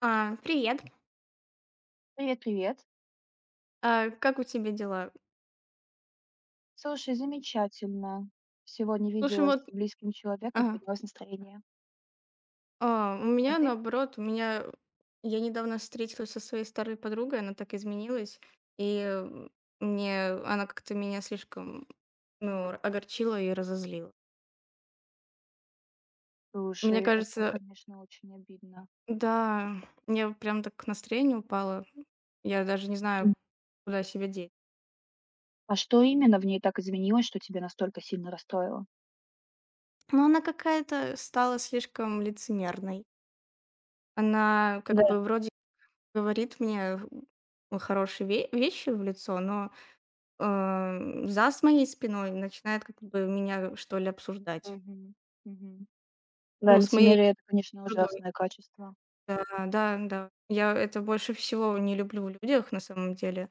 А, привет. Привет, привет. А, как у тебя дела? Слушай, замечательно. Сегодня Слушай, виделась вот с близким человеком, ага. поднялось настроение. А, у А меня ты? наоборот, у меня я недавно встретилась со своей старой подругой, она так изменилась, и мне она как-то меня слишком, ну, огорчила и разозлила. Мне Слушай, это, кажется, конечно, очень обидно. да, мне прям так настроение упало. Я даже не знаю, М. куда себя деть. А что именно в ней так изменилось, что тебя настолько сильно расстроило? Но она какая-то стала слишком лицемерной. Она Да. как бы вроде говорит мне в хорошие ве вещи в лицо, но, за с моей спиной начинает как бы меня, что ли, обсуждать. Мгм. Мгм. Да, Ну, с моей лицемерие это, конечно, другой. ужасное качество. Да, да, да. Я это больше всего не люблю в людях, на самом деле.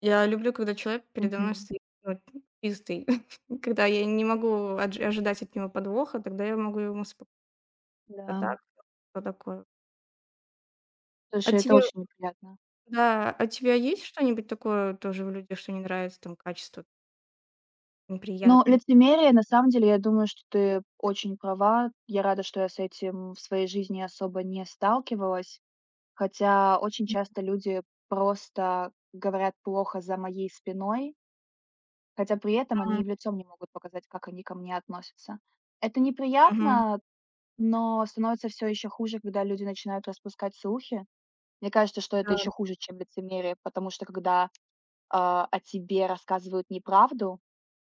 Я люблю, когда человек передо мной Мгм. стоит, ну, чистый. Когда я не могу одж ожидать от него подвоха, тогда я могу ему спо а Да. так, что такое? А Слушай, это тебе очень неприятно. да, а у тебя есть что-нибудь такое тоже в людях, что не нравится, там, качество Но неприятный? лицемерие, на самом деле, я думаю, что ты очень права. Я рада, что я с этим в своей жизни особо не сталкивалась. Хотя очень часто люди просто говорят плохо за моей спиной, хотя при этом они и в лицо мне могут показать, как они ко мне относятся. Это Мгм. неприятно, но становится все еще хуже, когда люди начинают распускать слухи. Мне кажется, что это Да. еще хуже, чем лицемерие, потому что когда о тебе рассказывают неправду,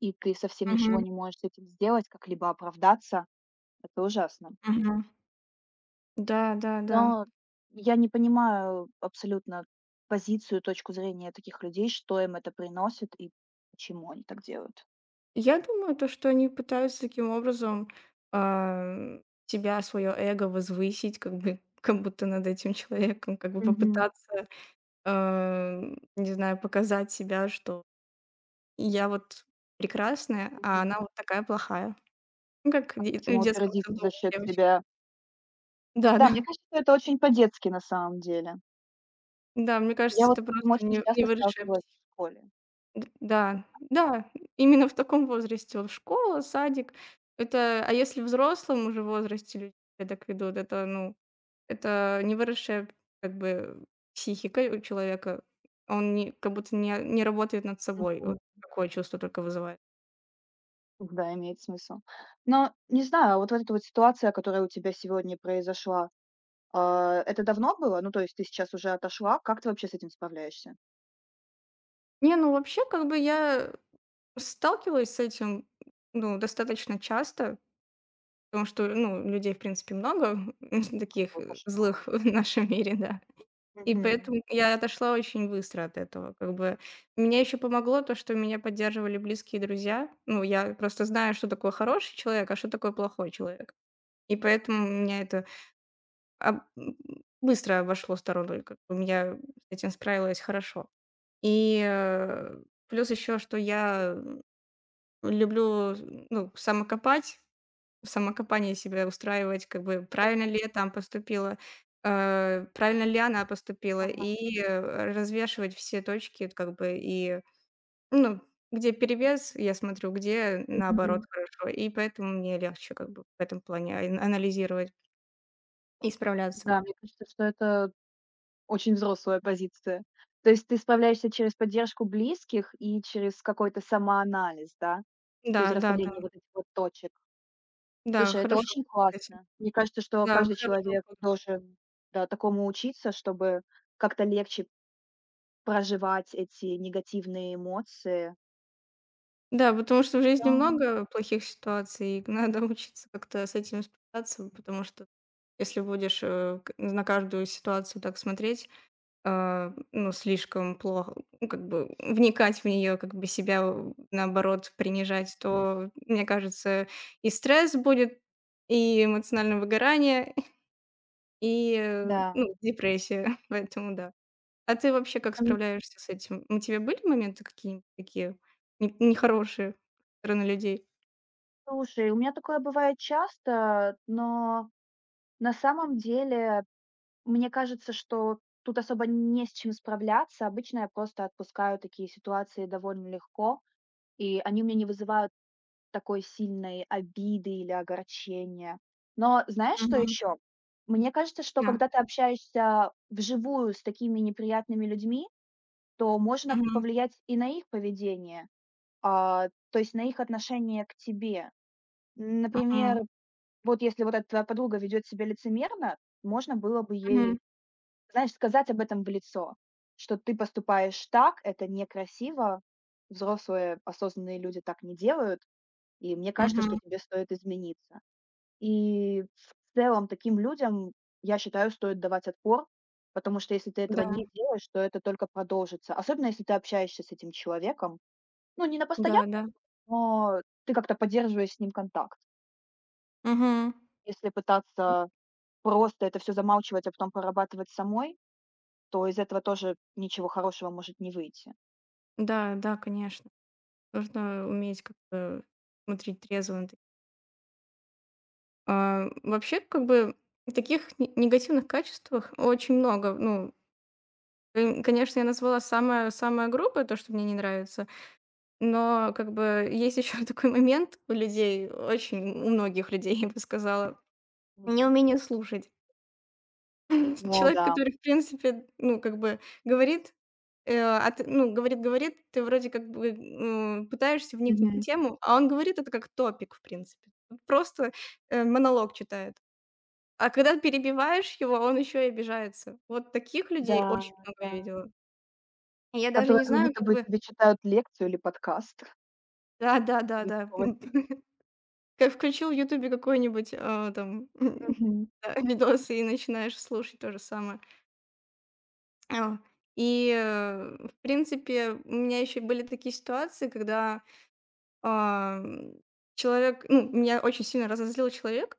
и ты совсем ничего Мгм. не можешь с этим сделать, как-либо оправдаться, это ужасно. Мгм. Да, да, да. Но я не понимаю абсолютно позицию, точку зрения таких людей, что им это приносит и почему они так делают. Я думаю, то, что они пытаются таким образом, своё эго возвысить, как бы, как будто над этим человеком, как бы Мгм, попытаться, не знаю, показать себя, что я вот прекрасная, а она мгм. вот такая плохая. Ну, как де в детском Самоутвердиться саду за счет девочки. себя. Да, Да-да. мне кажется, это очень по-детски на самом деле. Да, да, мне Я кажется, вот это с таким просто очень не часто невыросшая сталкивалась в пси школе. Д да, да, именно в таком возрасте. Вот школа, садик. А если в взрослом уже возрасте люди себя так ведут, это, ну, это невыросшая, как бы, психика у человека. Он не как будто не работает над собой. Вот М. такое чувство только вызывает. Да, имеет смысл. Но не знаю, вот эта вот ситуация, которая у тебя сегодня произошла, это давно было? Ну, то есть ты сейчас уже отошла. Как ты вообще с этим справляешься? Не, ну вообще как бы я сталкивалась с этим, ну, достаточно часто, потому что, ну, людей в принципе много, таких, Какой кошмар. злых в нашем мире, да. И Мгм. поэтому я отошла очень быстро от этого. Как бы мне еще помогло то, что меня поддерживали близкие друзья. Ну, я просто знаю, что такое хороший человек, а что такое плохой человек. И поэтому меня это об- м, быстро обошло стороной. Как бы я с этим справилась хорошо. И плюс еще, что я люблю, ну, самокопание себя устраивать, как бы правильно ли я там поступила, правильно ли она поступила, Ага. и, развешивать все точки, как бы, и, ну, где перевес, я смотрю, где наоборот Мгм. хорошо, и поэтому мне легче, как бы, в этом плане ан анализировать и справляться. Да, мне кажется, что это очень взрослая позиция. То есть ты справляешься через поддержку близких и через какой-то самоанализ, да? Через Да, да, да, расставление вот этих вот точек. да, Слушай, это хорошо, очень кстати. классно. Мне кажется, что Да, каждый хорошо человек понял. должен, да, такому учиться, чтобы как-то легче проживать эти негативные эмоции. Да, потому что в жизни Ну много плохих ситуаций, и надо учиться как-то с этим справляться, потому что если будешь, э, к на каждую ситуацию так смотреть, а, ну, слишком плохо, ну, как бы вникать в нее, как бы себя, у наоборот, принижать, то, мне кажется, и стресс будет, и эмоциональное выгорание, и, да. ну, депрессия. Поэтому да. А ты вообще как Ам, справляешься с этим? У тебя были моменты какие-нибудь такие не нехорошие со стороны людей? слушай, у меня такое бывает часто, но на самом деле мне кажется, что тут особо не с чем справляться. Обычно я просто отпускаю такие ситуации довольно легко, и они у меня не вызывают такой сильной обиды или огорчения. Но знаешь, что Мгм. еще? Мне кажется, что Да. когда ты общаешься вживую с такими неприятными людьми, то можно Мгм, повлиять и на их поведение, то есть на их отношение к тебе. Например, мгм, вот если вот эта твоя подруга ведет себя лицемерно, можно было бы ей, мгм, знаешь, сказать об этом в лицо, что ты поступаешь так, это некрасиво, взрослые осознанные люди так не делают, и мне кажется, что мгм. тебе стоит измениться. И в целом таким людям, я считаю, стоит давать отпор, потому что если ты этого Да, не делаешь, то это только продолжится. Особенно если ты общаешься с этим человеком, ну, не на постоянно, да, да. но ты как-то поддерживаешь с ним контакт. Мгм. Если пытаться просто это все замалчивать, а потом прорабатывать самой, то из этого тоже ничего хорошего может не выйти. Да, да, конечно. Нужно уметь как-то смотреть трезво на таки А, вообще, как бы, таких не негативных качествах очень много. Ну, конечно, я назвала самое самое грубое, то, что мне не нравится, но, как бы, есть еще такой момент у людей, очень у многих людей, я бы сказала, Мгм. неумение слушать. О Человек, да. который, в принципе, ну, как бы говорит, Э, а ты, ну, говорит-говорит, ты вроде как бы, пытаешься вникнуть в Мгм. тему, а он говорит это как топик, в принципе. Вот просто, монолог читает. А когда перебиваешь его, он еще и обижается. Вот таких Да, людей очень много да. я видела. И я даже Которые не как знаю, будто как бы бы. тебе читают лекцию или подкаст, Да, да, да, что-то да. такого типа. Как включил в "Ютубе" какой-нибудь, там, Мгм. да, видос и начинаешь слушать то же самое. А. И, в принципе, у меня еще были такие ситуации, когда Ам, ну, меня очень сильно разозлил человек,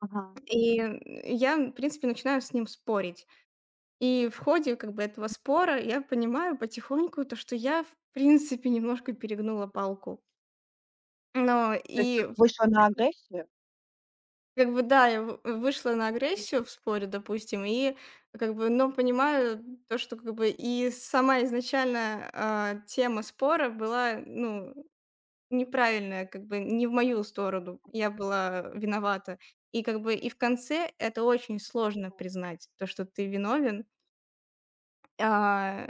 Ага. и я, в принципе, начинаю с ним спорить. И в ходе как бы этого спора я понимаю потихоньку то, что я, в принципе, немножко перегнула палку. Но То есть и как вышла на агрессию, как бы да, я в вышла на агрессию в споре, допустим, и как бы, но понимаю то, что как бы и сама изначально, тема спора была, ну, неправильная, как бы не в мою сторону. Я была виновата. И как бы и в конце это очень сложно признать, то, что ты виновен. А,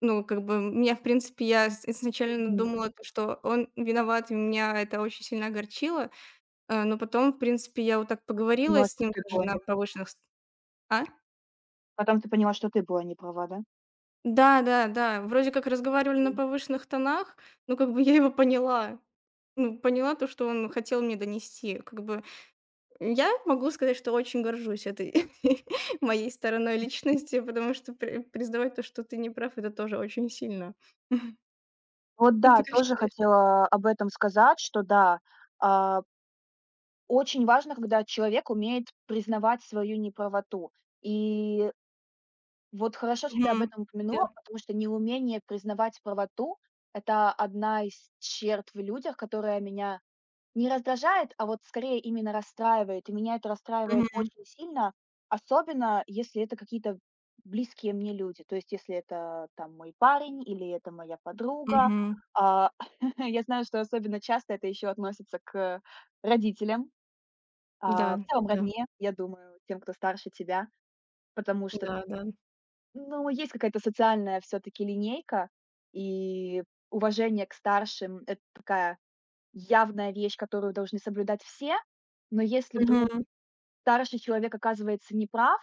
ну, как бы меня, в принципе, я с изначально мгм, думала, то, что он виноват, и меня это очень сильно огорчило. Но потом, в принципе, я вот так потом ты поговорила поняла, с что ним ты даже была на не права. повышенных ст А? Потом ты поняла, что ты была не права, да? Да, да, да. Вроде как разговаривали на М. повышенных тонах, но как бы я его поняла. Ну, поняла то, что он хотел мне донести. Как бы я могу сказать, что очень горжусь этой моей стороной личности, потому что признавать то, что ты не прав, это тоже очень сильно. Вот А ты да, как тоже считаешь? хотела об этом сказать, что да, а, очень важно, когда человек умеет признавать свою неправоту. И вот хорошо, что ты об Мгм. этом Да. упомянула, потому что неумение признавать правоту — это одна из черт в людях, которая меня не раздражает, а вот скорее именно расстраивает. И меня это расстраивает Мгм. очень сильно, особенно если это какие-то близкие мне люди. То есть если это там мой парень или это моя подруга. Мгм. А, я знаю, что особенно часто это еще относится к родителям, в Да, целом да, родне, я думаю, тем, кто старше тебя, потому что, да, да. ну, есть какая-то социальная все таки линейка, и уважение к старшим — это такая явная вещь, которую должны соблюдать все. Но если вдруг Мгм. старший человек оказывается неправ,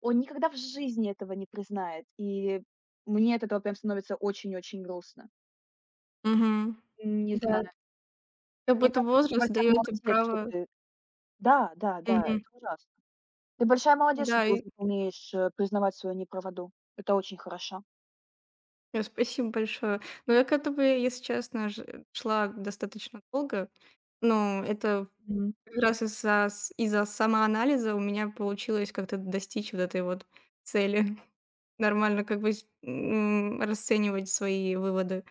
он никогда в жизни этого не признает. И мне от этого прям становится очень-очень грустно. Мгм. Не Да, знаю. как Мне будто кажется, ты возраст большая даёт тебе молодец, что право. ты... Да, да, да, Мгм. это ужасно. Ты большая молодец, что Да, ты и уже умеешь признавать свою неправоту. Это очень хорошо. Спасибо большое. Но я к этому, если честно, ж шла достаточно долго. Но это Мгм. как раз из-за самоанализа у меня получилось как-то достичь вот этой вот цели. Нормально как бы расценивать свои выводы.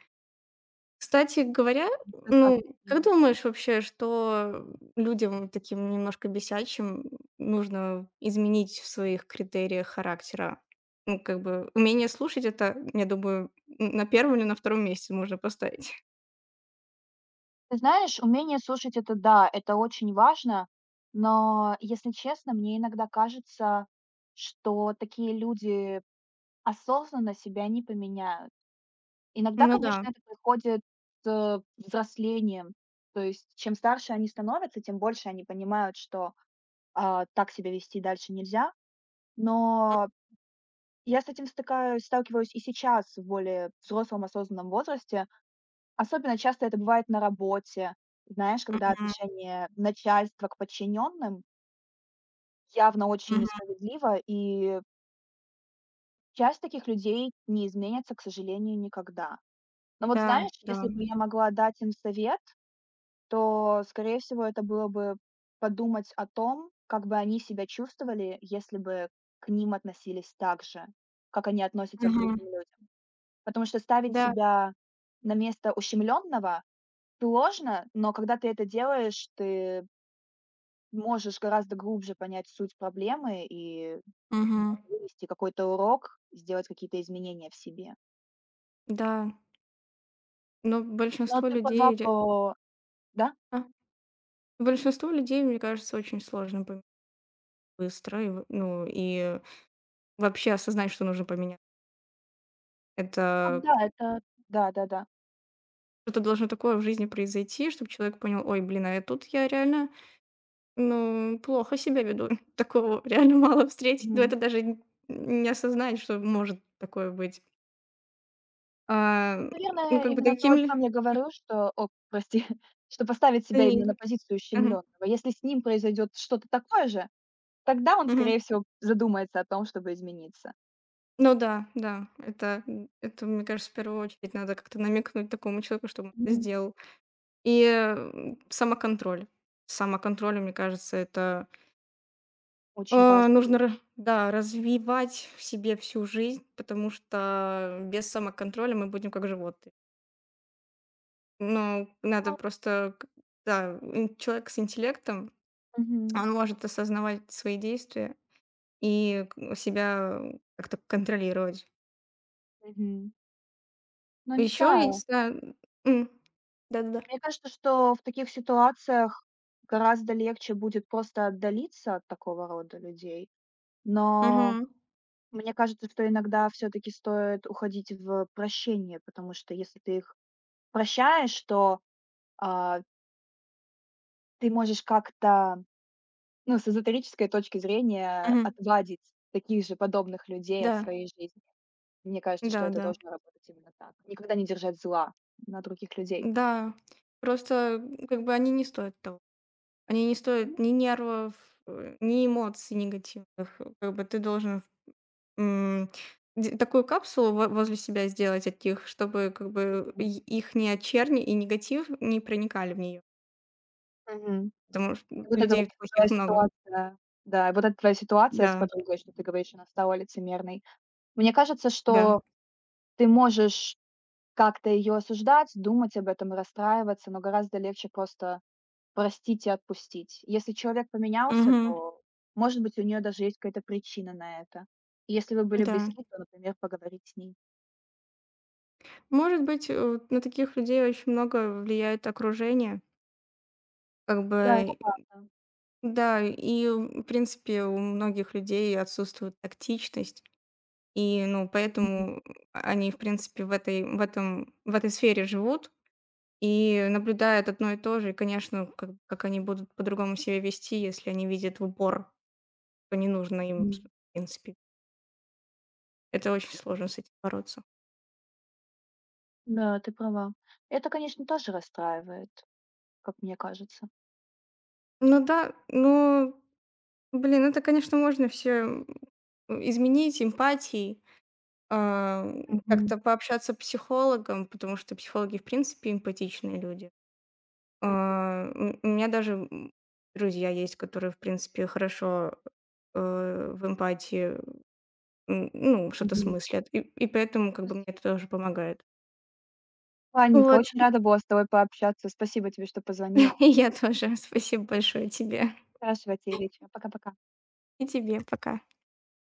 Кстати говоря, Прекрасно ну, как понимаю. думаешь вообще, что людям таким немножко бесячим нужно изменить в своих критериях характера? Ну, как бы умение слушать — это, я думаю, н на первом или на втором месте можно поставить. Ты знаешь, умение слушать — это да, это очень важно, но, если честно, мне иногда кажется, что такие люди осознанно себя не поменяют. Иногда, Ну да. конечно, это приходит с взрослением. То есть чем старше они становятся, тем больше они понимают, что так себя вести дальше нельзя. Но я с этим стыкаюсь сталкиваюсь и сейчас в более взрослом осознанном возрасте. Особенно часто это бывает на работе. Знаешь, когда Мгм. отношение начальства к подчиненным явно очень Мгм. несправедливо, и часть таких людей не изменится, к сожалению, никогда. Но вот Да, знаешь, да. если бы я могла дать им совет, то, скорее всего, это было бы подумать о том, как бы они себя чувствовали, если бы к ним относились так же, как они относятся к Мгм. другим людям. Потому что ставить Да. себя на место ущемленного сложно, но когда ты это делаешь, ты можешь гораздо глубже понять суть проблемы и М. Мгм. вынести какой-то урок, сделать какие-то изменения в себе. Да. Но Но большинство ты людей права, по... ре да? А? Большинству людей, мне кажется, очень сложно поменять быстро, и в ну, и вообще осознать, что нужно поменять. Вот Это да, это да-да-да. что-то должно такое в жизни произойти, чтобы человек понял: "Ой, блин, а я реально, ну, плохо себя веду". Такого реально мало встретить, но Мгм. это даже н не осознать, что может такое быть. А, Вот, ну, наверное, как бы именно то, таким о ли чем я говорю, что о, прости, что поставить себя они. именно на позицию Мгм, ущемлённого. Если с ним произойдет что-то такое же, тогда он, мгм. скорее всего, задумается о том, чтобы измениться. Ну да, да, это, мне кажется, в первую очередь надо как-то намекнуть такому человеку, чтобы он это Мгм. сделал. И, самоконтроль. Самоконтроль, мне кажется, это, Очень важно, да. нужно ра да, развивать в себе всю жизнь, потому что без самоконтроля мы будем как животные. Но надо Ну, просто, к да, ин человек с интеллектом, мгм, он может осознавать свои действия и к себя как-то контролировать. мгм. Но не Еще, я не знаю. знаю М. Да-да-да. Мне кажется, что в таких ситуациях гораздо легче будет просто отдалиться от такого рода людей, но Мгм. мне кажется, что иногда все таки стоит уходить в прощение, потому что если ты их прощаешь, то, а, ты можешь как-то, ну, с эзотерической точки зрения Мгм. отвадить таких же подобных людей от Да. своей жизни. Мне кажется, что Да-да. это Да. должно работать именно так. Никогда не держать зла на других людей. Да, просто, как бы они не стоят того. Они не стоят ни нервов, ни эмоций негативных. Как бы ты должен, м, д такую капсулу во возле себя сделать от них, чтобы как бы и Мгм. их не черни и негатив не проникали в нее. Мгм. Потому И что, вот эта вот людей твоя плохих много. ситуация, да, и вот эта твоя ситуация с Да, подругой, что ты говоришь, она стала лицемерной. Мне кажется, да. что ты можешь как-то ее осуждать, думать об этом и расстраиваться, но гораздо легче просто простить и отпустить. Если человек поменялся, Мгм. то, может быть, у нее даже есть какая-то причина на это. И если вы были Да. близки, то, например, поговорить с ней. Может быть, на таких людей очень много влияет окружение. Как Да, это бы, правда. да, и, в принципе, у многих людей отсутствует тактичность. И, ну, Мгм, поэтому они, в принципе, в этой сфере живут и наблюдают одно и то же. И, конечно, как они будут по-другому себя вести, если они видят в упор, что не нужно им, в мгм. принципе. Это очень сложно с этим бороться. Да, ты права. Это, конечно, тоже расстраивает, как мне кажется. Ну да, ну, блин, это, конечно, можно все изменить эмпатией, а, Мгм, как-то пообщаться с психологом, потому что психологи, в принципе, эмпатичные люди. А, у меня даже, друзья есть, которые, в принципе, хорошо, э, в эмпатии, ну, что-то мгм. смыслят, и поэтому как Это бы мне это супер. тоже помогает. Ладненько, Вот, очень рада была с тобой пообщаться. Спасибо тебе, что позвонила. и я тоже. Спасибо большое тебе. Хорошего тебе вечера. Пока-пока. И тебе. Пока.